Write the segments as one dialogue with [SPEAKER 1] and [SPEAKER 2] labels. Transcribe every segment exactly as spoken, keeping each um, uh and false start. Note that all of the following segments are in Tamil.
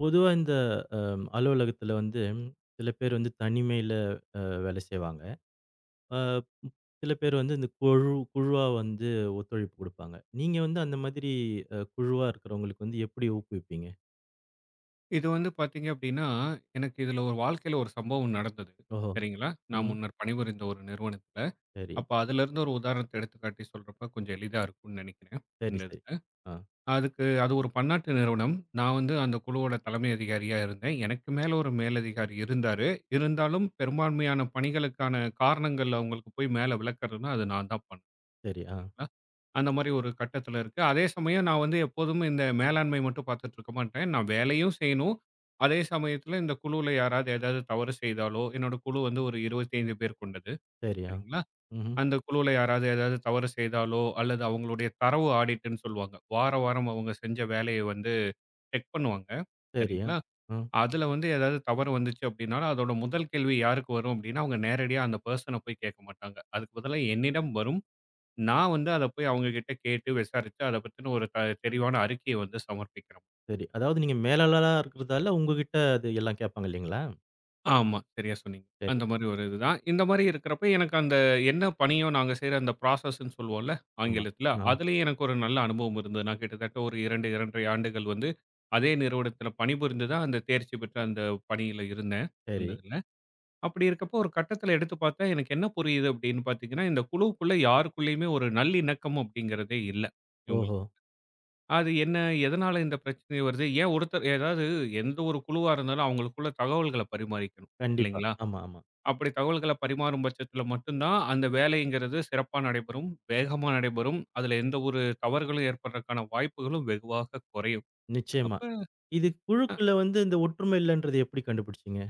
[SPEAKER 1] பொதுவா இந்த அம், அலுவலகத்துல வந்து சில பேர் வந்து தனிமையில வேலை செய்வாங்க. அ சில பேர் வந்து இந்த குழு குழுவா வந்து ஒத்துழைப்பு குடுப்பாங்க. நீங்க வந்து அந்த மாதிரி அ குழுவா இருக்கிறவங்களுக்கு வந்து எப்படி ஊக்குவிப்பீங்க?
[SPEAKER 2] இது வந்து பார்த்தீங்க அப்படின்னா, எனக்கு இதுல ஒரு வாழ்க்கையில ஒரு சம்பவம் நடந்தது.
[SPEAKER 1] ஓஹோ!
[SPEAKER 2] சரிங்களா? நான்
[SPEAKER 1] ம்.
[SPEAKER 2] முன்னர் பணிபுரிந்த ஒரு நிறுவனத்துல.
[SPEAKER 1] சரி,
[SPEAKER 2] அப்ப அதிலிருந்து ஒரு உதாரணத்த எடுத்துக்காட்டி சொல்றப்ப கொஞ்சம் எளிதா இருக்கும்னு நெனைக்கிறேன்.
[SPEAKER 1] சரி,
[SPEAKER 2] இந்த
[SPEAKER 1] சரி.
[SPEAKER 2] இதுல.
[SPEAKER 1] ஆ,
[SPEAKER 2] அதுக்கு அது ஒரு பன்னாட்டு நிறுவனம். நான் வந்து அந்த குழுவோட தலைமை அதிகாரியா இருந்தேன். எனக்கு மேல ஒரு மேலதிகாரி இருந்தாரு. இருந்தாலும் பெரும்பான்மையான பணிகளுக்கான காரணங்கள் அவங்களுக்கு போய் மேல விளக்கறதுன்னா, அது நான் தான் பண்ணணும்.
[SPEAKER 1] சரி. ஆ,
[SPEAKER 2] சரிங்களா? அந்த மாரி ஒரு கட்டத்தில இருக்கு. அதே சமயம் நான் வந்து எப்போதுமே இந்த மேலாண்மை மட்டும் பார்த்துட்டு இருக்க மாட்டேன். நான் வேலையும் செய்யணும். அதே சமயத்தில இந்த குழுவுல யாராவது ஏதாவது தவறு செய்தாலோ என்னோட குழு வந்து ஒரு இருபத்தி ஐந்து பேர் கொண்டது.
[SPEAKER 1] சரி. ஆ.
[SPEAKER 2] சரிங்களா?
[SPEAKER 1] ம்ஹ்ம்.
[SPEAKER 2] அந்த குழுவுல யாராவது ஏதாவது தவறு செய்தாலோ, அல்லது அவங்களுடைய தரவு ஆடிட்ன்னு சொல்லுவாங்க. வார வாரம் அவங்க செஞ்ச வேலைய வந்து செக் பண்ணுவாங்க.
[SPEAKER 1] சரி. ஆ.
[SPEAKER 2] சரிங்களா?
[SPEAKER 1] ம்.
[SPEAKER 2] அதில வந்து ஏதாவது தவறு வந்துச்சு அப்டின்னாலும், அதோட முதல் கேள்வி யாருக்கு வரும் அப்டின்னா, அவங்க நேரடியா அந்த பெர்சன போய் கேட்க மாட்டாங்க. அதுக்கு பதிலா என்னிடம் வரும். நான் வந்து அத போய் அவங்க கிட்ட கேட்டு விசாரிச்சு, அத பத்தின ஒரு த தெளிவான அறிக்கைய வந்து சமர்ப்பிக்கிறோம்.
[SPEAKER 1] சரி. அதாவது நீங்க மேலாளரா இருக்கிறதால உங்ககிட்ட அது எல்லாம் கேட்பாங்க இல்லைங்களா?
[SPEAKER 2] ஆமா, சரியா சொன்னீங்க.
[SPEAKER 1] சரி.
[SPEAKER 2] அந்த மாரி ஒரு இதுதான். இந்த மாரி இருக்கிறப்ப எனக்கு அந்த என்ன பணியோ நாங்க செய்ற அந்த ப்ராசஸ்ன்னு சொல்வோம்ல
[SPEAKER 1] ஆமா.
[SPEAKER 2] ஆங்கிலத்தில.
[SPEAKER 1] ஆ.
[SPEAKER 2] அதுலயும் எனக்கு ஒரு நல்ல அனுபவம் இருந்தது. நான் கிட்டத்தட்ட ஒரு இரண்டு, இரண்டரை ஆண்டுகள் வந்து அதே நிறுவனத்தில பணிபுரிந்து தான் அந்த தேர்ச்சி பெற்ற அந்த பணியில இருந்தேன், அந்த
[SPEAKER 1] சரி.
[SPEAKER 2] இதுல. அப்படி இருக்கப்போ ஒரு கட்டத்தில எடுத்து பார்த்தா, எனக்கு என்ன புரியுது அப்படின்னு பார்த்தீங்கன்னா, இந்த குழுவுக்குள்ள யாருக்குள்ளயுமே ஒரு நல்லிணக்கம் அப்படிங்கிறதே இல்ல,
[SPEAKER 1] ஓஹோ!
[SPEAKER 2] இவங்களுக்குள்ள. அது என்ன? எதனால இந்த பிரச்சனை வருது? ஏன் ஒருத்தர் ஏதாவது எந்த ஒரு குழுவா இருந்தாலும் அவங்களுக்குள்ள தகவல்கள பரிமாறிக்கணும்.
[SPEAKER 1] கண்டிப்பா.
[SPEAKER 2] இல்லைங்களா?
[SPEAKER 1] ஆமா, ஆமா.
[SPEAKER 2] அப்படி தகவல்கள பரிமாறும் பட்சத்தில மட்டும் தான் அந்த வேலைங்கிறது சிறப்பா நடைபெறும், வேகமா நடைபெறும். அதில எந்த ஒரு தவறுகளும் ஏற்படுறதுக்கான வாய்ப்புகளும் வெகுவாக குறையும்.
[SPEAKER 1] நிச்சயமா.
[SPEAKER 2] அப்ப
[SPEAKER 1] இது
[SPEAKER 2] அ
[SPEAKER 1] குழுக்குள்ள வந்து இந்த ஒற்றுமை இல்லன்றது எப்படி கண்டுபிடிச்சீங்க?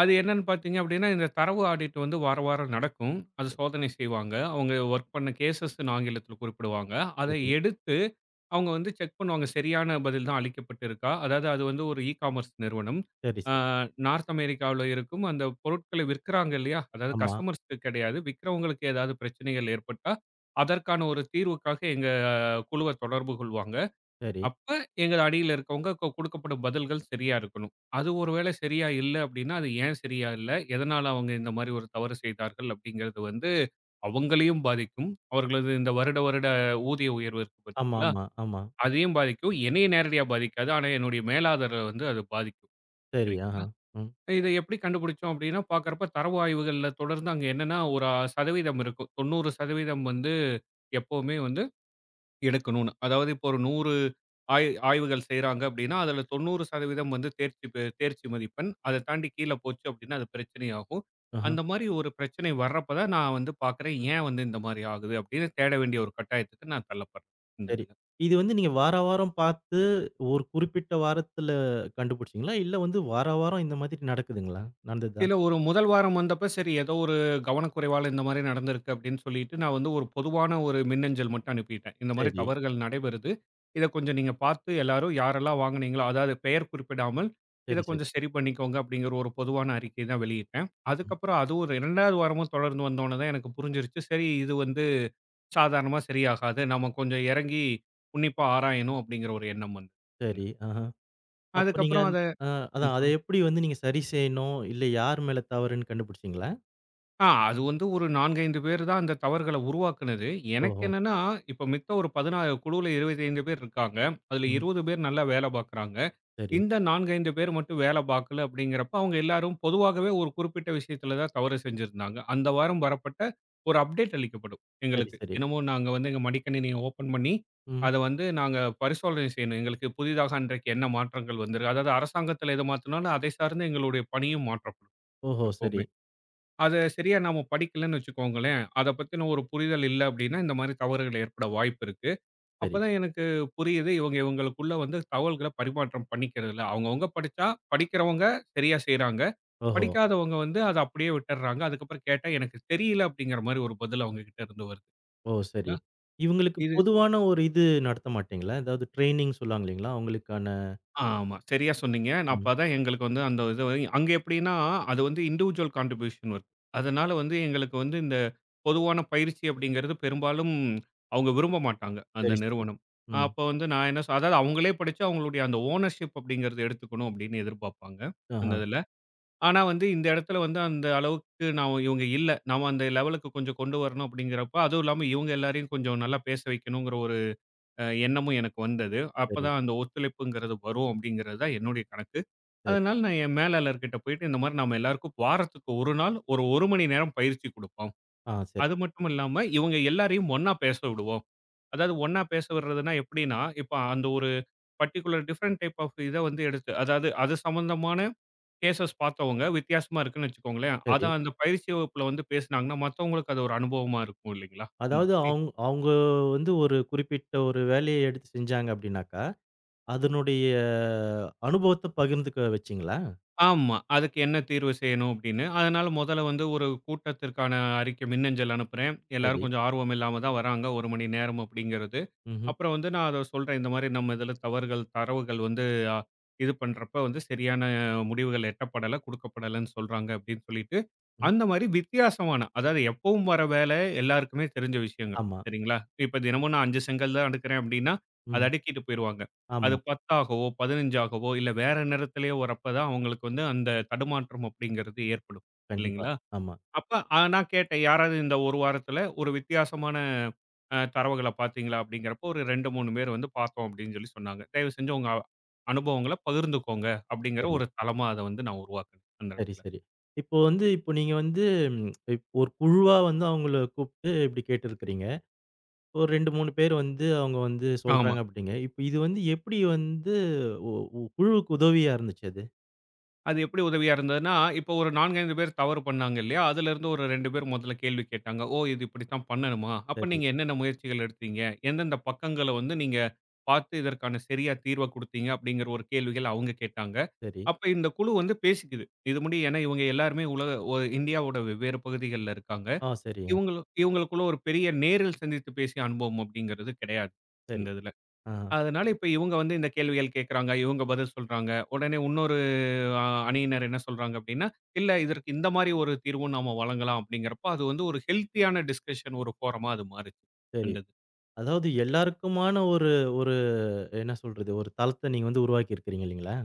[SPEAKER 2] அது என்னன்னு பார்த்தீங்க அப்படின்னா, இந்த தரவு ஆடிட் வந்து வார வாரம் நடக்கும். அது சோதனை செய்வாங்க. அவங்க வொர்க் பண்ண கேஸஸ்ன்னு ஆங்கிலத்தில குறிப்பிடுவாங்க. அத
[SPEAKER 1] சரி,
[SPEAKER 2] எடுத்து அவங்க வந்து செக் பண்ணுவாங்க. சரியான பதில் தான் அளிக்கப்பட்டிருக்கா? அதாவது அது வந்து ஒரு இ-காமர்ஸ் நிறுவனம்.
[SPEAKER 1] சரி,
[SPEAKER 2] ஆ
[SPEAKER 1] சரி.
[SPEAKER 2] நார்த் அமெரிக்காவுல இருக்கும் அந்த பொருட்களை விற்கிறாங்க இல்லையா? அதாவது
[SPEAKER 1] ஆமா.
[SPEAKER 2] கஸ்டமர்ஸ்க்கு கிடையாது. விக்கிறவங்களுக்கு ஏதாவது பிரச்சனைகள் ஏற்பட்டா, அதற்கான ஒரு தீர்வுக்காக எங்க குழுவ தொடர்பு கொள்வாங்க.
[SPEAKER 1] சரி.
[SPEAKER 2] அப்ப எங்க அடியில இருக்கவங்க கு குடுக்கப்படும் பதில்கள் சரியா இருக்கணும். அது ஒருவேளை சரியா இல்ல அப்படின்னா, அது ஏன் சரியா இல்ல? எதனால அவங்க இந்த மாரி ஒரு தவறு செய்தார்கள்? அப்படிங்கிறது வந்து அவங்களையும் பாதிக்கும். அவர்களது இந்த வருட வருட ஊதிய உயர்வு இருக்கு
[SPEAKER 1] ஆமா,
[SPEAKER 2] பார்த்தீங்களா?
[SPEAKER 1] ஆமா, ஆமா.
[SPEAKER 2] அதையும் பாதிக்கும். என்னைய நேரடியா பாதிக்காது. ஆனா, என்னுடைய மேலாளர வந்து அது பாதிக்கும்.
[SPEAKER 1] சரி. ஆஹா.
[SPEAKER 2] சரிங்களா?
[SPEAKER 1] ம்.
[SPEAKER 2] இத எப்படி கண்டுபிடிச்சோம் அப்படின்னா, பார்க்கறப்ப தரவு ஆய்வுகள்ல தொடர்ந்து அங்க என்னன்னா, ஒரு சதவீதம் இருக்கும். தொண்ணூறு சதவீதம் வந்து எப்பவுமே வந்து எடுக்கணும்னு. அதாவது இப்போ ஒரு நூறு ஆய் ஆய்வுகள் செய்றாங்க அப்படின்னா, அதுல தொண்ணூறு சதவீதம் வந்து தேர்ச்சி பெ தேர்ச்சி மதிப்பெண். அத தாண்டி கீழ போச்சு அப்படின்னா, அது பிரச்சனையாகும்.
[SPEAKER 1] ஆஹா.
[SPEAKER 2] அந்த மாரி ஒரு பிரச்சனை வர்றப்ப தான் நான் வந்து பார்க்குறேன், ஏன் வந்து இந்த மாரி ஆகுது அப்படின்னு தேட வேண்டிய ஒரு கட்டாயத்துக்கு நான் தள்ளப்படுறேன். இந்த
[SPEAKER 1] சரி.
[SPEAKER 2] இதுல.
[SPEAKER 1] இது வந்து நீங்க வாரா வாரம் பார்த்து ஒரு குறிப்பிட்ட வாரத்துல கண்டுபிடிச்சீங்களா? இல்ல வந்து வாரா வாரம் இந்த மாதிரி நடக்குதுங்களா? நடந்ததா?
[SPEAKER 2] இல்ல ஒரு முதல் வாரம் வந்தப்ப சரி ஏதோ ஒரு கவனக்குறைவால இந்த மாரி நடந்திருக்கு அப்படின்னு சொல்லிட்டு நான் வந்து ஒரு பொதுவான ஒரு மின்னஞ்சல் மட்டும் அனுப்பிட்டேன். இந்த மாரி
[SPEAKER 1] சரி,
[SPEAKER 2] தவறுகள் நடைபெறுது. இத கொஞ்சம் நீங்க பார்த்து எல்லாரும் யாரெல்லாம் வாங்குனீங்களோ அதாவது பெயர் குறிப்பிடாமல் இத
[SPEAKER 1] சரி, சரி.
[SPEAKER 2] கொஞ்சம் சரி பண்ணிக்கோங்க அப்படிங்கிற ஒரு பொதுவான அறிக்கை தான் வெளியிட்டேன்.
[SPEAKER 1] ம்.
[SPEAKER 2] அதுக்கப்புறம் அது ஒரு இரண்டாவது வாரமும் தொடர்ந்து வந்தோனே தான் எனக்கு புரிஞ்சிருச்சு. சரி இது வந்து சாதாரணமா சரியாகாது. நம்ம கொஞ்சம் இறங்கி உன்னிப்பா ஆராயணும் அப்படிங்கிற ஒரு எண்ணம் வந்தது.
[SPEAKER 1] சரி. ஆஹா. அப்ப நீங்க
[SPEAKER 2] அதுக்கப்புறம்
[SPEAKER 1] அந்
[SPEAKER 2] அத
[SPEAKER 1] அ அதான் அத
[SPEAKER 2] ம்.
[SPEAKER 1] எப்படி வந்து நீங்க சரி செய்யணும்? இல்ல யார் மேல தவறுன்னு கண்டுபிடிச்சீங்களா?
[SPEAKER 2] ஆ அது வந்து ஒரு நான்கு, ஐந்து பேர் தான் அந்த தவறுகள உருவாக்குனது. எனக்கு
[SPEAKER 1] ஓஹோ!
[SPEAKER 2] என்னன்னா, இப்ப மித்த ஒரு பதினாறு குழுவுல இருபத்தி ஐந்து பேர் இருக்காங்க. அதுல
[SPEAKER 1] ம்.
[SPEAKER 2] இருபது பேர் நல்லா வேலை பார்க்குறாங்க.
[SPEAKER 1] சரி,
[SPEAKER 2] இந்த நான்கு, ஐந்து பேர் மட்டும் வேலை பார்க்கல அப்படிங்கிறப்ப, அவங்க எல்லாரும் பொதுவாகவே ஒரு குறிப்பிட்ட விஷயத்துல தான் தவறு செஞ்சிருந்தாங்க. அந்த வாரம் வரப்பட்ட ஒரு அப்டேட் அளிக்கப்படும்
[SPEAKER 1] சரி,
[SPEAKER 2] எங்களுக்கு.
[SPEAKER 1] சரி.
[SPEAKER 2] தினமும் நாங்க வந்து எங்க மடிக்கணினிய ஓப்பன் பண்ணி,
[SPEAKER 1] ம்.
[SPEAKER 2] அத வந்து நாங்க பரிசோதனை செய்யணும். எங்களுக்கு புதிதாக அன்றைக்கு என்ன மாற்றங்கள் வந்திருக்கு? அதாவது அரசாங்கத்துல எது மாத்துனாலும், அதை சார்ந்து எங்களுடைய பணியும் மாற்றப்படும்
[SPEAKER 1] ஓஹோ! சரி,
[SPEAKER 2] எப்பவுமே. அத சரியா நாம படிக்கலன்னு வச்சுக்கோங்களேன், அத பத்தின ஒரு புரிதல் இல்ல அப்டின்னா, இந்த மாரி தவறுகள் ஏற்பட வாய்ப்பு இருக்கு.
[SPEAKER 1] சரி.
[SPEAKER 2] அப்பதான் எனக்கு புரியுது, இவங்க இவங்களுக்குள்ள வந்து தகவல்கள பரிமாற்றம் பண்ணிக்கிறதில்ல. அவங்கவங்க படிச்சா, படிக்கிறவங்க சரியா செய்றாங்க.
[SPEAKER 1] ஓஹோ!
[SPEAKER 2] படிக்காதவங்க வந்து அத அப்படியே விட்டுர்றாங்க. அதுக்கப்புறம் கேட்டா, "எனக்கு தெரியல" அப்படிங்கிற மாரி ஒரு பதில் அவங்க கிட்ட இருந்து வருது.
[SPEAKER 1] ஓ!
[SPEAKER 2] இல்ல?
[SPEAKER 1] சரி. இவங்களுக்கு
[SPEAKER 2] இது
[SPEAKER 1] பொதுவான ஒரு இது நடத்த மாட்டீங்களா? ஏதாவது ட்ரெய்னிங் சொல்லுவாங்க இல்லீங்களா? அவங்களுக்கான
[SPEAKER 2] ஆமா. சரியா சொன்னீங்க. நான்
[SPEAKER 1] ம்.
[SPEAKER 2] அப்பதான் எங்களுக்கு வந்து அந்த இது வந்து- அங்க எப்படின்னா, அது வந்து இண்டிவிஜுவல் கான்ட்ரிபியூஷன் ஒர்க். அதனால வந்து எங்களுக்கு வந்து இந்த பொதுவான பயிற்சி அப்படிங்கிறது பெரும்பாலும் அவங்க விரும்ப மாட்டாங்க, அந்த
[SPEAKER 1] சரி, சரி.
[SPEAKER 2] நிறுவனம்.
[SPEAKER 1] ம்.
[SPEAKER 2] அப்ப வந்து நான் என்ன சொ- அதாவது அவங்களே படிச்சு அவங்களுடைய அந்த ஓனர்ஷிப் அப்படிங்கிறத எடுத்துக்கணும் அப்படின்னு எதிர்பார்ப்பாங்க, அந்த
[SPEAKER 1] ஆஹா.
[SPEAKER 2] இதுல. ஆனா வந்து இந்த இடத்துல வந்து அந்த அளவுக்கு நான் இவங்க இல்ல. நாம அந்த லெவலுக்கு கொஞ்சம் கொண்டு வரணும் அப்படிங்கிறப்ப, அதுவும் இல்லாம இவங்க எல்லாரையும் கொஞ்சம் நல்லா பேச வைக்கணுங்கிற அஹ் எண்ணமும் எனக்கு வந்தது.
[SPEAKER 1] சரி,
[SPEAKER 2] அப்பதான் அந்த ஒத்துழைப்புங்கிறது வரும் அப்படிங்கிறது தான் என்னுடைய கணக்கு.
[SPEAKER 1] சரி.
[SPEAKER 2] அதனால நான் என் மேலாளர்கிட்ட போயிட்டு இந்த மாதிரி நாம எல்லாருக்கும் வாரத்துக்கு ஒரு நாள் ஒரு 1 மணி நேரம் பயிற்சி குடுப்போம்.
[SPEAKER 1] ஆ, சரி,
[SPEAKER 2] அது மட்டும் இல்லாம இவங்க எல்லாரையும் ஒண்ணா பேச விடுவோம். அதாவது ஒண்ணா பேச விடுறதுன்னா எப்படின்னா, இப்ப அந்த ஒரு பர்ட்டிகுலர் டிஃபரண்ட் டைப் ஆஃப் இத வந்து எடுத்து அதாவது அது சம்பந்தமான கேஸஸ் பார்த்தவங்க வித்தியாசமா இருக்குன்னு வச்சுக்கோங்களேன். அத
[SPEAKER 1] சரி.
[SPEAKER 2] அந்த பயிற்சி வகுப்புல வந்து பேசுனாங்கன்னா மத்தவங்களுக்கு அது ஒரு அனுபவமா இருக்கும் இல்லைங்களா? அந்த
[SPEAKER 1] அதாவது
[SPEAKER 2] மாதிரி.
[SPEAKER 1] அவுங் அவுங்க வந்து ஒரு குறிப்பிட்ட ஒரு வேலைய எடுத்து செஞ்சாங்க அப்டின்னாக்கா, அதனுடைய அனுபவத்த பகிர்ந்துக்க வச்சீங்களா?
[SPEAKER 2] ஆமா. அதுக்கு என்ன தீர்வு செய்யணும் அப்படின்னு. அதனால முதல்ல வந்து ஒரு கூட்டத்திற்கான அறிக்கை மின்னஞ்சல் அனுப்புறேன். எல்லாரும்
[SPEAKER 1] சரி.
[SPEAKER 2] கொஞ்சம் ஆர்வம் இல்லாம தான் வராங்க. ஒரு மணி நேரம் அப்படிங்கிறது.
[SPEAKER 1] ம்ஹ்ம்.
[SPEAKER 2] அப்புறம் வந்து நான் அத சொல்றேன். இந்த மாரி நம்ம இதில தவறுகள், தரவுகள் வந்து அ இது பண்றப்ப வந்து சரியான முடிவுகள் எட்டப்படல, குடுக்கப்படலன்னு சொல்றாங்க அப்படின்னு சொல்லிட்டு,
[SPEAKER 1] ம்.
[SPEAKER 2] அந்த மாரி வித்தியாசமான அதாவது எப்பவும் வர வேலை எல்லாருக்குமே தெரிஞ்ச விஷயங்க.
[SPEAKER 1] ஆமா.
[SPEAKER 2] சரிங்களா? இப்ப தினமும் நான் ஐந்து செங்கல் தான் அடுக்குறேன் அப்படின்னா, அத
[SPEAKER 1] ம்.
[SPEAKER 2] அடுக்கிட்டு போயிருவாங்க. அது
[SPEAKER 1] ஆமா.
[SPEAKER 2] பத்தாகவோ, பதினைந்தாகவோ இல்ல வேற நிறத்திலேயோ வரப்ப தான் அவங்களுக்கு வந்து அந்த தடுமாற்றம் அப்படிங்கிறது ஏற்படும்.
[SPEAKER 1] கண்டிப்பா.
[SPEAKER 2] இல்லைங்களா?
[SPEAKER 1] ஆமா.
[SPEAKER 2] அப்ப அ நான் கேட்டேன், "யாராவது இந்த ஒரு வாரத்துல ஒரு வித்தியாசமான அ தரவுகள பார்த்தீங்களா?" அப்படிங்கிறப்போ ஒரு இரண்டு, மூன்று பேர் வந்து பார்த்தோம் அப்படின்னு சொல்லி சொன்னாங்க. "தயவு செஞ்சு உங்க அனுபவங்கள பகிர்ந்துக்கோங்க." அப்படிங்கிற
[SPEAKER 1] சரி,
[SPEAKER 2] ஒரு தளமா அத வந்து நான் உருவாக்குனேன் அந்த
[SPEAKER 1] சரி,
[SPEAKER 2] இடத்துல.
[SPEAKER 1] சரி. இப்போ வந்து இப்போ நீங்க வந்து ம் ஒரு குழுவா வந்து அவங்கள கூப்ட்டு இப்டி கேட்டிருக்கிறீங்க. ஒரு ரெண்டு, மூணு பேர் வந்து அவங்க வந்து
[SPEAKER 2] ஆமா.
[SPEAKER 1] சொல்றாங்க அப்டிங்க. இப்ப இது வந்து எப்படி வந்து ஒ ஒ குழுவுக்கு உதவியா இருந்துச்சு அது?
[SPEAKER 2] அது எப்படி உதவியா இருந்ததுன்னா, இப்போ ஒரு நான்கு, ஐந்து பேர் தவறு பண்ணாங்க இல்லையா? அதிலிருந்து ஒரு இரண்டு பேர் முதல்ல கேள்வி கேட்டாங்க. "ஓ! இது இப்படித்தான் பண்ணணுமா? அப்ப
[SPEAKER 1] சரி,
[SPEAKER 2] நீங்க என்னென்ன முயற்சிகள் எடுத்தீங்க? எந்தெந்த பக்கங்கள வந்து நீங்க பார்த்து இதற்கான சரியா தீர்வ குடுத்தீங்க?" அப்படிங்கிற ஒரு கேள்விகள் அவங்க கேட்டாங்க.
[SPEAKER 1] சரி.
[SPEAKER 2] அப்ப இந்த குழு வந்து பேசிக்குது. இது முடி ஏன்னா இவங்க எல்லாருமே உலக ஒ இந்தியாவோட வெவ்வேறு பகுதிகள்ல இருக்காங்க.
[SPEAKER 1] ஆ, சரி. ஆ,
[SPEAKER 2] இவங்களு இவங்களுக்குள்ள ஒரு பெரிய நேரில் சந்தித்து பேசிய அனுபவம் அப்படிங்கிறது கிடையாது,
[SPEAKER 1] சரி.
[SPEAKER 2] இந்த இதுல.
[SPEAKER 1] ஆ,
[SPEAKER 2] அதனால இப்ப இவங்க வந்து இந்த கேள்விகள் கேட்கறாங்க, இவங்க பதில் சொல்றாங்க. உடனே இன்னொரு அ அணியினர் என்ன சொல்றாங்க அப்படின்னா, "இல்ல இதற்கு இந்த மாரி ஒரு தீர்வும் நாம வழங்கலாம்." அப்படிங்கிறப்போ, அது வந்து ஒரு ஹெல்த்தியான டிஸ்கஷன் ஒரு ஃபோரமா அது மாறுச்சு.
[SPEAKER 1] சரி.
[SPEAKER 2] வந்தது.
[SPEAKER 1] அதாவது எல்லாருக்குமான ஒரு ஒரு என்ன சொல்றது? ஒரு தளத்த நீங்க வந்து உருவாக்கி இருக்கிறீங்க இல்லைங்களா?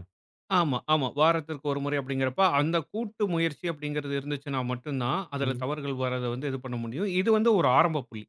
[SPEAKER 2] ஆமா, ஆமா. வாரத்திற்கு ஒரு முறை அப்படிங்கிறப்ப, அந்த கூட்டு முயற்சி அப்படிங்கிறது இருந்துச்சுன்னா மட்டும் தான், அதில
[SPEAKER 1] ம்.
[SPEAKER 2] தவறுகள் வர்றத வந்து இது பண்ண முடியும். இது வந்து ஒரு ஆரம்ப புள்ளி.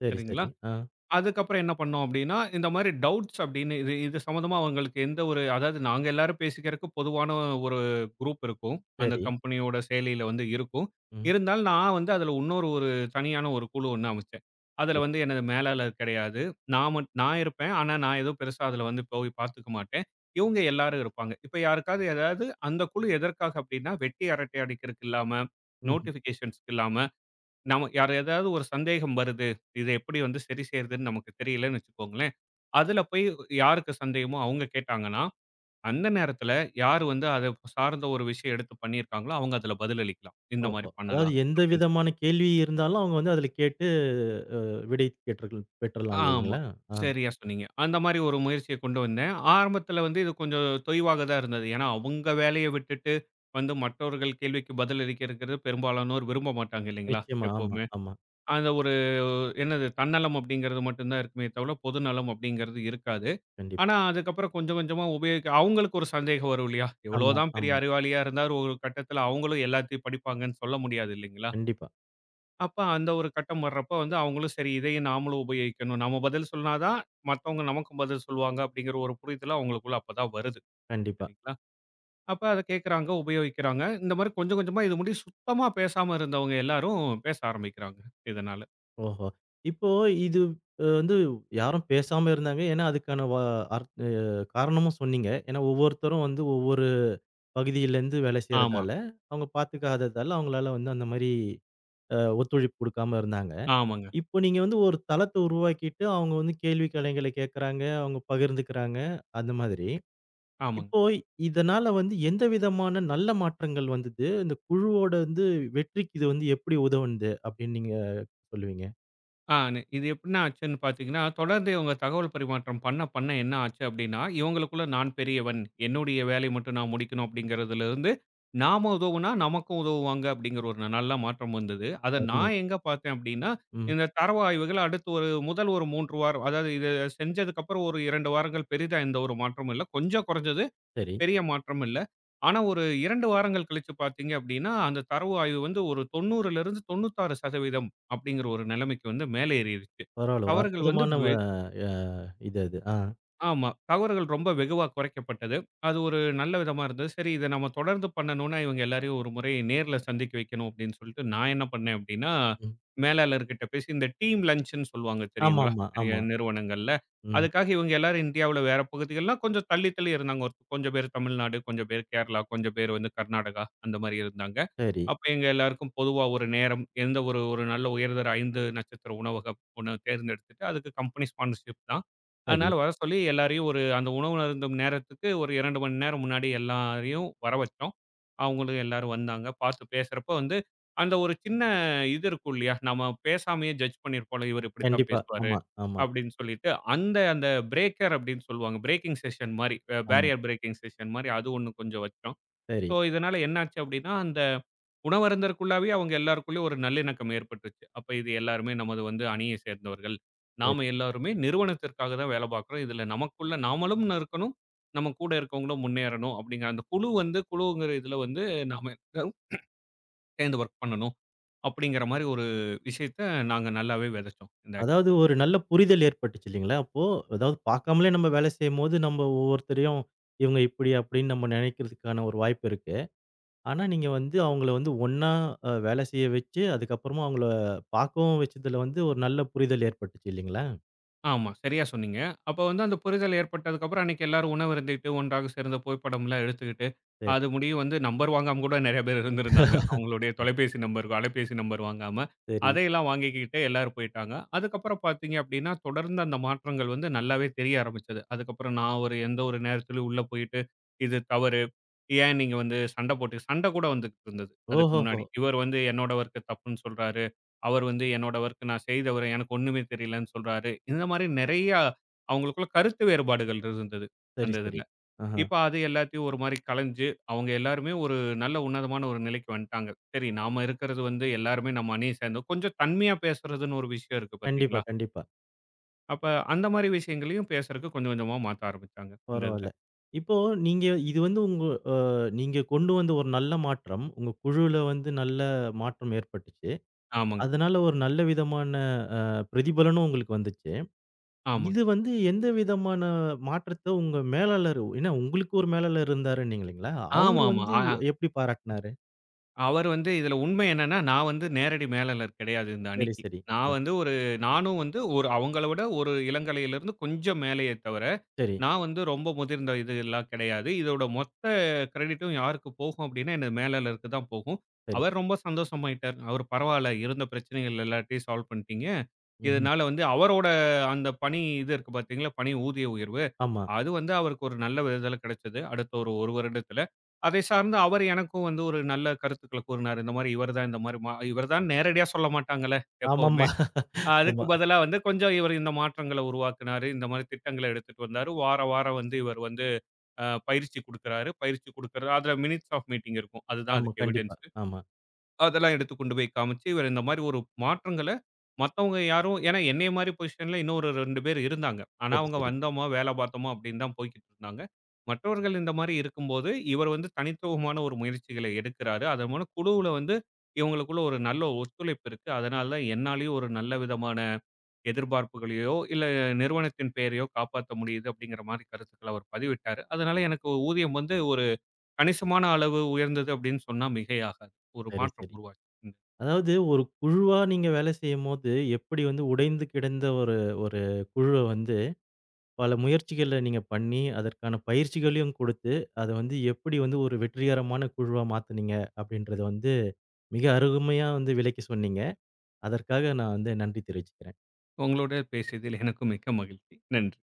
[SPEAKER 1] சரி,
[SPEAKER 2] சரிங்களா?
[SPEAKER 1] சரி. ஆ,
[SPEAKER 2] அதுக்கப்புறம் என்ன பண்ணோம் அப்டின்னா, இந்த மாரி டவுட்ஸ் அப்டின்னு இது இது சம்மந்தமா அவங்களுக்கு எந்த ஒரு அதாவது நாங்க எல்லாரும் பேசிக்கிறதுக்கு பொதுவான ஒரு குரூப் இருக்கும். அந்த
[SPEAKER 1] சரி.
[SPEAKER 2] கம்பெனியோட செயலியில வந்து இருக்கும்.
[SPEAKER 1] ம்.
[SPEAKER 2] இருந்தாலும் நான் வந்து அதுல இன்னொரு ஒரு தனியான ஒரு குழு ஒண்ணு அமைச்சேன். அதுல
[SPEAKER 1] சரி.
[SPEAKER 2] வந்து எனது மேலாளர் கிடையாது. நான் மட் நான் இருப்பேன். ஆனா, நான் எதுவும் பெருசா அதுல வந்து போய் பார்த்துக்க மாட்டேன். இவங்க எல்லாரும் இருப்பாங்க. இப்ப யாருக்காவது ஏதாவது அந்த குழு எதற்காக அப்டின்னா, வெட்டி அரட்டை அடிக்கிறதுக்கு இல்லாம,
[SPEAKER 1] ம்ஹ்ம்.
[SPEAKER 2] நோட்டிஃபிகேஷன்ஸ்க்கு இல்லாம நம்ம யார் ஏதாவது ஒரு சந்தேகம் வருது. இத எப்படி வந்து சரி செய்றதுன்னு நமக்கு தெரியலன்னு வச்சுக்கோங்களேன். அதுல போய் யாருக்கு சந்தேகமோ அவங்க கேட்டாங்கன்னா, அந்த நேரத்துல யார் வந்து அத சார்ந்த ஒரு விஷயம் எடுத்து பண்ணியிருக்காங்களோ, அவங்க அதுல பதில் அளிக்கலாம். இந்த
[SPEAKER 1] ஓஹோ!
[SPEAKER 2] மாரி
[SPEAKER 1] அதாவது
[SPEAKER 2] பண்ணலாம்
[SPEAKER 1] எந்த
[SPEAKER 2] அப்படின்னு. சொல்லி.
[SPEAKER 1] விதமான கேள்வி இருந்தாலும் அவங்க வந்து அதுல கேட்டு அ விடை கேட்டர்கள் பெற்றலாம்
[SPEAKER 2] ஆமா.
[SPEAKER 1] இல்லைங்களா? ஆ,
[SPEAKER 2] சரியா சொன்னீங்க. அந்த மாரி ஒரு முயற்சிய கொண்டு வந்தேன். ஆரம்பத்துல வந்து இது கொஞ்சம் தொய்வாக தான் இருந்தது. ஏன்னா, அவங்க வேலைய விட்டுட்டு வந்து மற்றவர்கள் கேள்விக்கு பதில் அளிக்கிறதுங்கிறது பெரும்பாலானோர் விரும்ப மாட்டாங்க இல்லைங்களா?
[SPEAKER 1] நிச்சயமா. ஆமா,
[SPEAKER 2] எப்பவுமே.
[SPEAKER 1] ஆமா.
[SPEAKER 2] அந்த ஒரு என்னது தன்னலம் அப்படிங்கிறது மட்டும் தான் இருக்குமே தவிர பொதுநலம் அப்படிங்கிறது இருக்காது. ஆனா,
[SPEAKER 1] கண்டிப்பா.
[SPEAKER 2] அதுக்கப்புறம் கொஞ்சம் கொஞ்சமா உபயோகிக்க அவங்களுக்கு ஒரு சந்தேகம் வரும் இல்லையா?
[SPEAKER 1] ஆமா,
[SPEAKER 2] எவ்வளோதான் பெரிய
[SPEAKER 1] ஆமா.
[SPEAKER 2] அறிவாளியா இருந்தாலும் ஒரு கட்டத்தில அவங்களும் எல்லாத்தையும் படிப்பாங்கன்னு சொல்ல முடியாது இல்லைங்களா?
[SPEAKER 1] கண்டிப்பா,
[SPEAKER 2] அப்ப அந்த ஒரு கட்டம் வர்றப்ப வந்து அவங்களும் சரி இதையும் நாமளும் உபயோகிக்கணும். நம்ம பதில் சொன்னா தான் மத்தவங்க நமக்கும் பதில் சொல்லுவாங்க அப்படிங்கிற ஒரு புரிதல் அவங்களுக்குள்ள அப்ப தான் வருது.
[SPEAKER 1] கண்டிப்பா.
[SPEAKER 2] சரிங்களா? அப்ப அத கேட்கறாங்க, உபயோகிக்கிறாங்க. இந்த மாரி கொஞ்சம் கொஞ்சமா இது முடி சுத்தமா பேசாம இருந்தவங்க எல்லாரும் பேச ஆரம்பிக்கிறாங்க இதனால.
[SPEAKER 1] ஓஹோ! இப்போ இது அ வந்து யாரும் பேசாம இருந்தாங்க. ஏன்னா, அதுக்கான வ அர் அ காரணமும் சொன்னீங்க. ஏன்னா, ஒவ்வொருத்தரும் வந்து ஒவ்வொரு பகுதியிலேருந்து வேலை
[SPEAKER 2] ஆமா.
[SPEAKER 1] செய்றதால, அவங்க பார்த்துக்காததால அவங்களால வந்து அந்த மாரி அ ஒத்துழைப்பு குடுக்காம இருந்தாங்க.
[SPEAKER 2] ஆமாங்க.
[SPEAKER 1] இப்போ நீங்க வந்து ஒரு தளத்த உருவாக்கிட்டு, அவங்க வந்து கேள்வி கலைகள கேட்கறாங்க, அவங்க பகிர்ந்துக்கிறாங்க, அந்த மாதிரி.
[SPEAKER 2] ஆமாங்க.
[SPEAKER 1] இப்போ இதனால வந்து எந்த விதமான நல்ல மாற்றங்கள் வந்தது? இந்த குழுவோட வந்து வெற்றிக்கு இது வந்து எப்படி உதவுனது? அப்படின்னு நீங்க சொல்லுவீங்க?
[SPEAKER 2] ஆ நி- இது எப்படின்னா ஆச்சுன்னு பார்த்தீங்கன்னா, தொடர்ந்து இவங்க தகவல் பரிமாற்றம் பண்ண, பண்ண என்ன ஆச்சு அப்படின்னா, இவங்களுக்குள்ள நான் பெரியவன், என்னுடைய வேலைய மட்டும் நான் முடிக்கணும் அப்படிங்கிறதுலருந்து, நாம உதவுனா நமக்கும் உதவுவாங்க அப்படிங்கிற ஒரு நல்ல மாற்றம் வந்தது. அத
[SPEAKER 1] அருமை.
[SPEAKER 2] நான் எங்க பார்த்தேன் அப்படின்னா,
[SPEAKER 1] ம்.
[SPEAKER 2] இந்த தரவு ஆய்வுகள் அடுத்து ஒரு முதல் ஒரு மூன்று வாரம் அதாவது இத செஞ்சதுக்கப்புறம் ஒரு இரண்டு வாரங்கள் பெரிதா எந்த ஒரு மாற்றமும் இல்ல. கொஞ்சம் குறைஞ்சது.
[SPEAKER 1] சரி.
[SPEAKER 2] பெரிய மாற்றம் இல்ல. ஆனா ஒரு இரண்டு வாரங்கள் கழிச்சு பார்த்தீங்க அப்படின்னா, அந்த தரவு ஆய்வு வந்து ஒரு தொண்ணூறிலிருந்து தொண்ணூற்று ஆறு சதவீதம் அப்படிங்கிற ஒரு நிலைமைக்கு வந்து மேலே ஏறிருச்சு.
[SPEAKER 1] பரவால்ல. ஒரு
[SPEAKER 2] தவறுகள் வந்து
[SPEAKER 1] அற்புதமான வ அ இது அது. ஆ.
[SPEAKER 2] ஆமா. தவறுகள் ரொம்ப வெகுவா குறைக்கப்பட்டது. அது ஒரு நல்ல விதமா இருந்தது. சரி இத நம்ம தொடர்ந்து பண்ணணும்னா, இவங்க எல்லாரையும் ஒரு முறை நேர்ல சந்திக்க வைக்கணும் அப்படின்னு சொல்லிட்டு, நான் என்ன பண்ணேன் அப்படின்னா,
[SPEAKER 1] ம்.
[SPEAKER 2] மேலாளர்கிட்ட பேசி இந்த டீம் லஞ்சுன்னு சொல்லுவாங்க தெரியுங்களா?
[SPEAKER 1] ஆமாமா,
[SPEAKER 2] பெரிய
[SPEAKER 1] ஆமா.
[SPEAKER 2] நிறுவனங்கள்ல.
[SPEAKER 1] ம்.
[SPEAKER 2] அதுக்காக இவங்க எல்லாரும் இந்தியாவுல வேற பகுதிகள்னா கொஞ்சம் தள்ளி தள்ளி இருந்தாங்க. ஒரு கொஞ்சம் பேர் தமிழ்நாடு, கொஞ்சம் பேர் கேரளா, கொஞ்சம் பேர் வந்து கர்நாடகா அந்த மாரி இருந்தாங்க.
[SPEAKER 1] சரி,
[SPEAKER 2] அப்ப எங்க எல்லாருக்கும் பொதுவா ஒரு நேரம், எந்த ஒரு ஒரு நல்ல உயர்தர ஐந்து நட்சத்திர உணவகம் ஒண்ணு தேர்ந்தெடுத்துட்டு, அதுக்கு கம்பெனி ஸ்பான்சர்ஷிப் தான்.
[SPEAKER 1] சரி.
[SPEAKER 2] அதனால வர சொல்லி எல்லாரையும் ஒரு அந்த உணவு அருந்தும் நேரத்துக்கு ஒரு இரண்டு மணி நேரம் முன்னாடி எல்லாரையும் வர வச்சோம். அவங்களும் எல்லாரும் வந்தாங்க. பார்த்து பேசுறப்ப வந்து, அந்த ஒரு சின்ன இது இருக்கும் இல்லையா? நம்ம பேசாமயே ஜட்ஜ் பண்ணியிருப்போம்ல, இவர் இப்படித்தான்
[SPEAKER 1] கண்டிப்பா.
[SPEAKER 2] பேசுவாரு
[SPEAKER 1] ஆமா, ஆமா,
[SPEAKER 2] அப்படின்னு சொல்லிட்டு, அந்த அந்த பிரேக்கர் அப்படின்னு சொல்லுவாங்க. பிரேக்கிங் செஷன் மாரி,
[SPEAKER 1] ஆமா.
[SPEAKER 2] பேரியர் பிரேக்கிங் செஷன் மாரி அது ஒண்ணு கொஞ்சம் வச்சோம்.
[SPEAKER 1] சரி,
[SPEAKER 2] ஸோ, இதனால என்னாச்சு அப்படின்னா, அந்த உணவருந்தற்குள்ளாவே அவங்க எல்லாருக்குள்ளயும் ஒரு நல்லிணக்கம் ஏற்பட்டுச்சு. அப்ப இது எல்லாருமே நமது வந்து அணிய சேர்ந்தவர்கள்.
[SPEAKER 1] சரி.
[SPEAKER 2] நாம எல்லாருமே நிறுவனத்திற்காக தான் வேலை பார்க்கிறோம். இதுல நமக்குள்ள நாமளும் இருக்கணும். நம்ம கூட இருக்கவங்களும் முன்னேறணும் அப்படிங்கிற அந்த குழு வந்து குழுங்கிற இதுல வந்து நாம எல்லாரும் சேர்ந்து ஒர்க் பண்ணணும். அப்படிங்கிற மாரி ஒரு விஷயத்த நாங்க நல்லாவே விதைச்சோம். இந்த
[SPEAKER 1] அதாவது ஒரு நல்ல புரிதல் ஏற்பட்டுச்சு இல்லைங்களா? அப்போ அதாவது பார்க்காமலே நம்ம வேலை செய்யும்போது, நம்ம ஒவ்வொருத்தரையும் இவங்க இப்படி அப்படின்னு நம்ம நினைக்கிறதுக்கான ஒரு வாய்ப்பு இருக்கு. ஆனா நீங்க வந்து அவங்கள வந்து ஒண்ணா அ வேலை செய்ய வச்சு, அதுக்கப்புறமா அவங்கள பார்க்கவும் வச்சதுல வந்து ஒரு நல்ல புரிதல் ஏற்பட்டுச்சு இல்லைங்களா?
[SPEAKER 2] ஆமா. சரியா சொன்னீங்க. அப்ப வந்து அந்த புரிதல் ஏற்பட்டதுக்கப்புறம் அன்னைக்கு எல்லாரும் உணவு அருந்திட்டு, ஒன்றாக சேர்ந்து புகைப்படம்லாம் எடுத்துக்கிட்டு,
[SPEAKER 1] சரி.
[SPEAKER 2] அது முடியும் வந்து நம்பர் வாங்காம கூட நெறைய பேர் இருந்திருந்தாங்க. அவங்களுடைய தொலைபேசி நம்பர், அலைபேசி நம்பர் வாங்காம.
[SPEAKER 1] சரி.
[SPEAKER 2] அதையெல்லாம் வாங்கிக்கிட்டு எல்லாரும் போயிட்டாங்க. அதுக்கப்புறம் பார்த்தீங்க அப்படின்னா, தொடர்ந்து அந்த மாற்றங்கள் வந்து நல்லாவே தெரிய ஆரம்பிச்சது. அதுக்கப்புறம் நான் ஒரு எந்த ஒரு நேரத்திலயும் உள்ள போயிட்டு, இது தவறு. ஏன் நீங்க வந்து சண்டை போட்டு சண்டை கூட வந்துகிட்டு இருந்தது. அதுக்கு
[SPEAKER 1] ஓஹோஹோ!
[SPEAKER 2] முன்னாடி. இவர் வந்து என்னோட ஒர்க் தப்புன்னு சொல்றாரு. அவர் வந்து என்னோட ஒர்க் நான் செய்தவரு எனக்கு ஒண்ணுமே தெரியலன்னு சொல்றாரு. இந்த மாரி நெறையா அவங்களுக்குள்ள கருத்து வேறுபாடுகள் இருந்தது
[SPEAKER 1] சரி,
[SPEAKER 2] அந்த
[SPEAKER 1] சரி.
[SPEAKER 2] இதுல.
[SPEAKER 1] ஆஹ.
[SPEAKER 2] இப்ப அது எல்லாத்தையும் ஒரு மாரி கலைஞ்சு அவங்க எல்லாருமே ஒரு நல்ல உன்னதமான ஒரு நிலைக்கு வந்துட்டாங்க. சரி நாம இருக்கிறது வந்து எல்லாருமே நம்ம அணிய சேர்ந்தோம். கொஞ்சம் தன்மையா பேசுறதுன்னு ஒரு விஷயம் இருக்கு
[SPEAKER 1] கண்டிப்பா,
[SPEAKER 2] பார்த்தீங்களா?
[SPEAKER 1] கண்டிப்பா.
[SPEAKER 2] அப்ப அந்த மாரி விஷயங்களையும் பேசுறதுக்கு கொஞ்சம் கொஞ்சமா மாத்த ஆரம்பிச்சாங்க இந்த இதுல.
[SPEAKER 1] பரவால்ல. இப்போ நீங்க இது வந்து உங்க அ நீங்க கொண்டு வந்த ஒரு நல்ல மாற்றம், உங்க குழுல வந்து நல்ல மாற்றம் ஏற்பட்டுச்சு.
[SPEAKER 2] ஆமாங்க,
[SPEAKER 1] அதனால ஒரு நல்ல விதமான அ பிரதிபலனும் உங்களுக்கு வந்துச்சு.
[SPEAKER 2] ஆமாங்க.
[SPEAKER 1] இது வந்து எந்த விதமான மாற்றத்த உங்க மேலாளர் ஏன்னா உங்களுக்கு ஒரு மேலாளர் இருந்தாருன்னீங்க இல்லைங்களா? அவரு
[SPEAKER 2] ஆமாமா.
[SPEAKER 1] வந்து
[SPEAKER 2] ஆ.
[SPEAKER 1] எப்படி பாராட்டுனாரு?
[SPEAKER 2] அவர் வந்து இதுல உண்மை என்னன்னா, நான் வந்து நேரடி மேலாளர் கிடையாது இந்த
[SPEAKER 1] சரி,
[SPEAKER 2] அணிக்கு.
[SPEAKER 1] சரி.
[SPEAKER 2] நான்
[SPEAKER 1] அ
[SPEAKER 2] வந்து ஒரு நானும் வந்து ஒரு அவங்கள விட ஒரு இளங்கலையிலிருந்து கொஞ்சம் மேலயே தவிர,
[SPEAKER 1] சரி,
[SPEAKER 2] நான் வந்து ரொம்ப முதிர்ந்த இது எல்லாம் கிடையாது. இதோட மொத்த கிரெடிட்டும் யாருக்கு போகும் அப்டின்னா, எனது மேலாளருக்கு தான் போகும்.
[SPEAKER 1] சரி.
[SPEAKER 2] அவர் ரொம்ப சந்தோஷமாயிட்டார். அவரு பரவால்ல இருந்த பிரச்சனைகள் எல்லாத்தையும் சால்வ் பண்ணிட்டீங்க.
[SPEAKER 1] ம்ஹ்ம்.
[SPEAKER 2] இதனால வந்து அவரோட அந்த பணி இது இருக்கு பார்த்தீங்களா, பணி ஊதிய உயர்வு.
[SPEAKER 1] ஆமா.
[SPEAKER 2] அது வந்து அவருக்கு ஒரு நல்ல விதத்துல கிடைச்சது. அடுத்த ஒரு 1 வருடத்துல. அதை சார்ந்து அவர் எனக்கும் வந்து ஒரு நல்ல கருத்துக்கள கூறினார். இந்த மாரி இவர் தான் இந்த மாரி மா இவர் தான் நேரடியா சொல்ல மாட்டாங்கல்ல எப்பவுமே.
[SPEAKER 1] ஆமாமா.
[SPEAKER 2] அஹ் அதுக்கு
[SPEAKER 1] ஆமா,
[SPEAKER 2] பதிலா வந்து கொஞ்சம் இவர் இந்த மாற்றங்கள உருவாக்குனாரு. இந்த மாரி திட்டங்கள எடுத்துட்டு வந்தாரு. வார வாரம் வந்து இவர் வந்து அ பயிற்சி குடுக்குறாரு. பயிற்சி குடுக்குறது அதுல மினிட்ஸ் ஆஃப் மீட்டிங் இருக்கும். அதுதான்
[SPEAKER 1] ஆமா.
[SPEAKER 2] அதுக்கு
[SPEAKER 1] கண்டிப்பா.
[SPEAKER 2] எவிடன்ஸ்.
[SPEAKER 1] ஆமா.
[SPEAKER 2] அதெல்லாம் எடுத்து கொண்டு போய் காமிச்சு, இவர் இந்த மாரி ஒரு மாற்றங்கள மத்தவங்க யாரும் ஏன்னா என்னைய மாரி பொசிஷன்ல இன்னொரு இரண்டு பேர் இருந்தாங்க. ஆனா
[SPEAKER 1] சரி,
[SPEAKER 2] அவங்க
[SPEAKER 1] சரி.
[SPEAKER 2] வந்தோமா, வேல பார்த்தோமா அப்படின்னு தான் போய்க்கிட்டு இருந்தாங்க. மற்றவர்கள் இந்த மாரி இருக்கும்போது, இவர் வந்து தனித்துவமான ஒரு முயற்சிகள எடுக்கிறாரு. அதன் மூலம் குழுவுல வந்து இவங்களுக்குள்ள ஒரு நல்ல ஒத்துழைப்பு இருக்கு. அதனால தான் என்னாலேயும் ஒரு நல்ல விதமான எதிர்பார்ப்புகளையோ, இல்ல நிறுவனத்தின் பெயரையோ காப்பாத்த முடியுது அப்படிங்கிற மாரி கருத்துக்கள அவர் பதிவிட்டாரு. அதனால எனக்கு ஊதியம் வந்து ஒரு கணிசமான அளவு உயர்ந்தது அப்படின்னு சொன்னா மிகையாகாது. ஒரு
[SPEAKER 1] சரி,
[SPEAKER 2] மாற்றம்
[SPEAKER 1] சரி.
[SPEAKER 2] உருவாச்சு. ம்.
[SPEAKER 1] அதாவது ஒரு குழுவா நீங்க வேலை செய்யும்போது, எப்படி வந்து உடைந்து கிடந்த ஒரு ஒரு குழுவ வந்து, பல முயற்சிகள நீங்க பண்ணி, அதற்கான பயிற்சிகளையும் குடுத்து, அத வந்து எப்படி வந்து ஒரு வெற்றிகரமான குழுவா மாத்துனீங்க? அப்படின்றத வந்து மிக அருமையா வந்து விளக்கி சொன்னீங்க. அதற்காக நான் வந்து நன்றி தெரிவிச்சுக்கிறேன்.
[SPEAKER 2] உங்களோட பேசியதில் எனக்கு மிக்க மகிழ்ச்சி. நன்றி.